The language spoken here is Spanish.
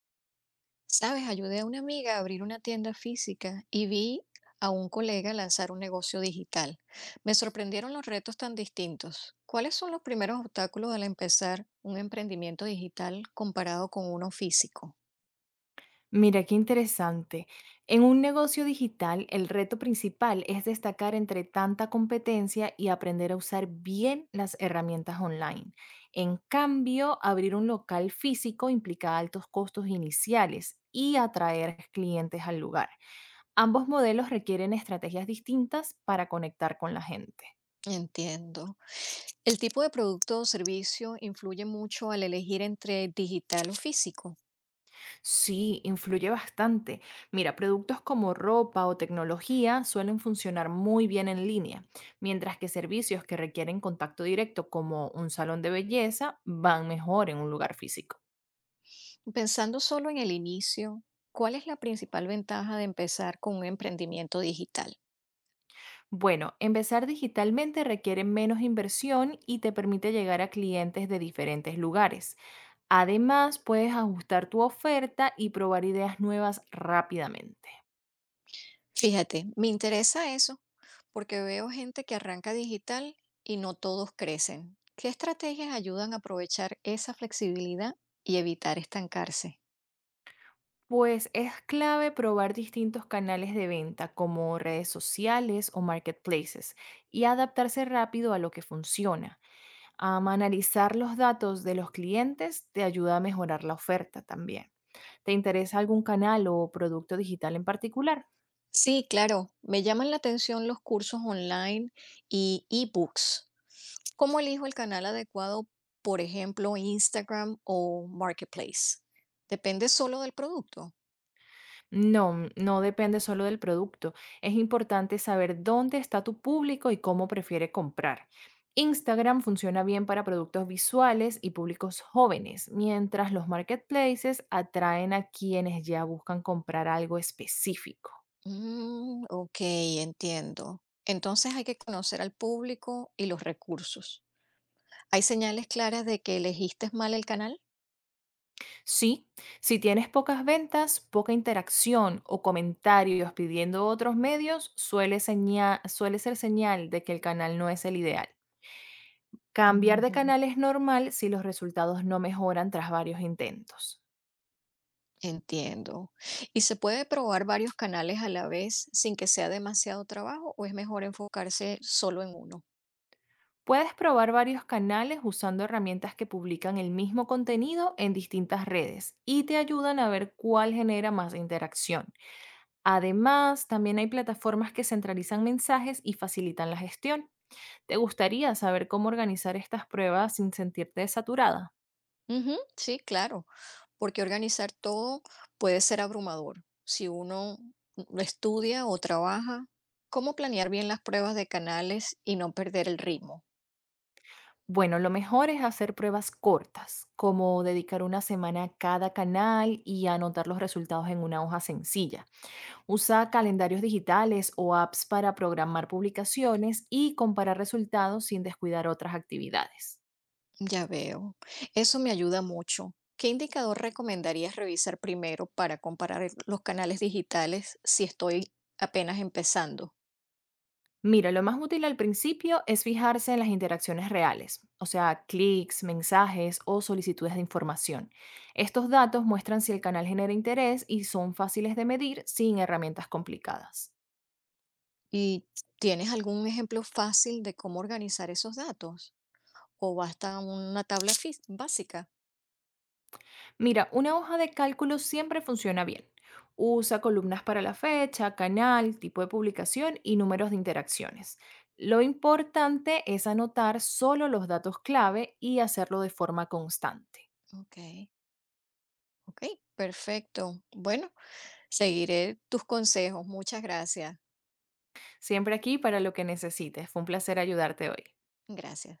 Sabes, ayudé a una amiga a abrir una tienda física y vi a un colega lanzar un negocio digital. Me sorprendieron los retos tan distintos. ¿Cuáles son los primeros obstáculos al empezar un emprendimiento digital comparado con uno físico? Mira, qué interesante. En un negocio digital, el reto principal es destacar entre tanta competencia y aprender a usar bien las herramientas online. En cambio, abrir un local físico implica altos costos iniciales y atraer clientes al lugar. Ambos modelos requieren estrategias distintas para conectar con la gente. Entiendo. ¿El tipo de producto o servicio influye mucho al elegir entre digital o físico? Sí, influye bastante. Mira, productos como ropa o tecnología suelen funcionar muy bien en línea, mientras que servicios que requieren contacto directo, como un salón de belleza, van mejor en un lugar físico. Pensando solo en el inicio, ¿cuál es la principal ventaja de empezar con un emprendimiento digital? Bueno, empezar digitalmente requiere menos inversión y te permite llegar a clientes de diferentes lugares. Además, puedes ajustar tu oferta y probar ideas nuevas rápidamente. Fíjate, me interesa eso porque veo gente que arranca digital y no todos crecen. ¿Qué estrategias ayudan a aprovechar esa flexibilidad y evitar estancarse? Pues es clave probar distintos canales de venta como redes sociales o marketplaces y adaptarse rápido a lo que funciona. Analizar los datos de los clientes te ayuda a mejorar la oferta también. ¿Te interesa algún canal o producto digital en particular? Sí, claro, me llaman la atención los cursos online y ebooks. ¿Cómo elijo el canal adecuado, por ejemplo, Instagram o Marketplace? ¿Depende solo del producto? No, no depende solo del producto. Es importante saber dónde está tu público y cómo prefiere comprar. Instagram funciona bien para productos visuales y públicos jóvenes, mientras los marketplaces atraen a quienes ya buscan comprar algo específico. Mm, ok, entiendo. Entonces hay que conocer al público y los recursos. ¿Hay señales claras de que elegiste mal el canal? Sí, si tienes pocas ventas, poca interacción o comentarios pidiendo otros medios, suele ser señal de que el canal no es el ideal. Cambiar de Ujú, canal es normal si los resultados no mejoran tras varios intentos. entiendo. ¿Y se puede probar varios canales a la vez sin que sea demasiado trabajo o es mejor enfocarse solo en uno? Puedes probar varios canales usando herramientas que publican el mismo contenido en distintas redes y te ayudan a ver cuál genera más interacción. Además, también hay plataformas que centralizan mensajes y facilitan la gestión. ¿Te gustaría saber cómo organizar estas pruebas sin sentirte saturada? Ujú, sí, claro, porque organizar todo puede ser abrumador. Si uno lo estudia o trabaja, ¿cómo planear bien las pruebas de canales y no perder el ritmo? Bueno, lo mejor es hacer pruebas cortas, como dedicar una semana a cada canal y anotar los resultados en una hoja sencilla. Usa calendarios digitales o apps para programar publicaciones y comparar resultados sin descuidar otras actividades. Ya veo. Eso me ayuda mucho. ¿Qué indicador recomendarías revisar primero para comparar los canales digitales si estoy apenas empezando? Mira, lo más útil al principio es fijarse en las interacciones reales, o sea, clics, mensajes o solicitudes de información. Estos datos muestran si el canal genera interés y son fáciles de medir sin herramientas complicadas. ¿Y tienes algún ejemplo fácil de cómo organizar esos datos? ¿O basta una tabla básica? Mira, una hoja de cálculo siempre funciona bien. Usa columnas para la fecha, canal, tipo de publicación y números de interacciones. Lo importante es anotar solo los datos clave y hacerlo de forma constante. Ok, ok, perfecto. Bueno, seguiré tus consejos. Muchas gracias. Siempre aquí para lo que necesites. Fue un placer ayudarte hoy. Gracias.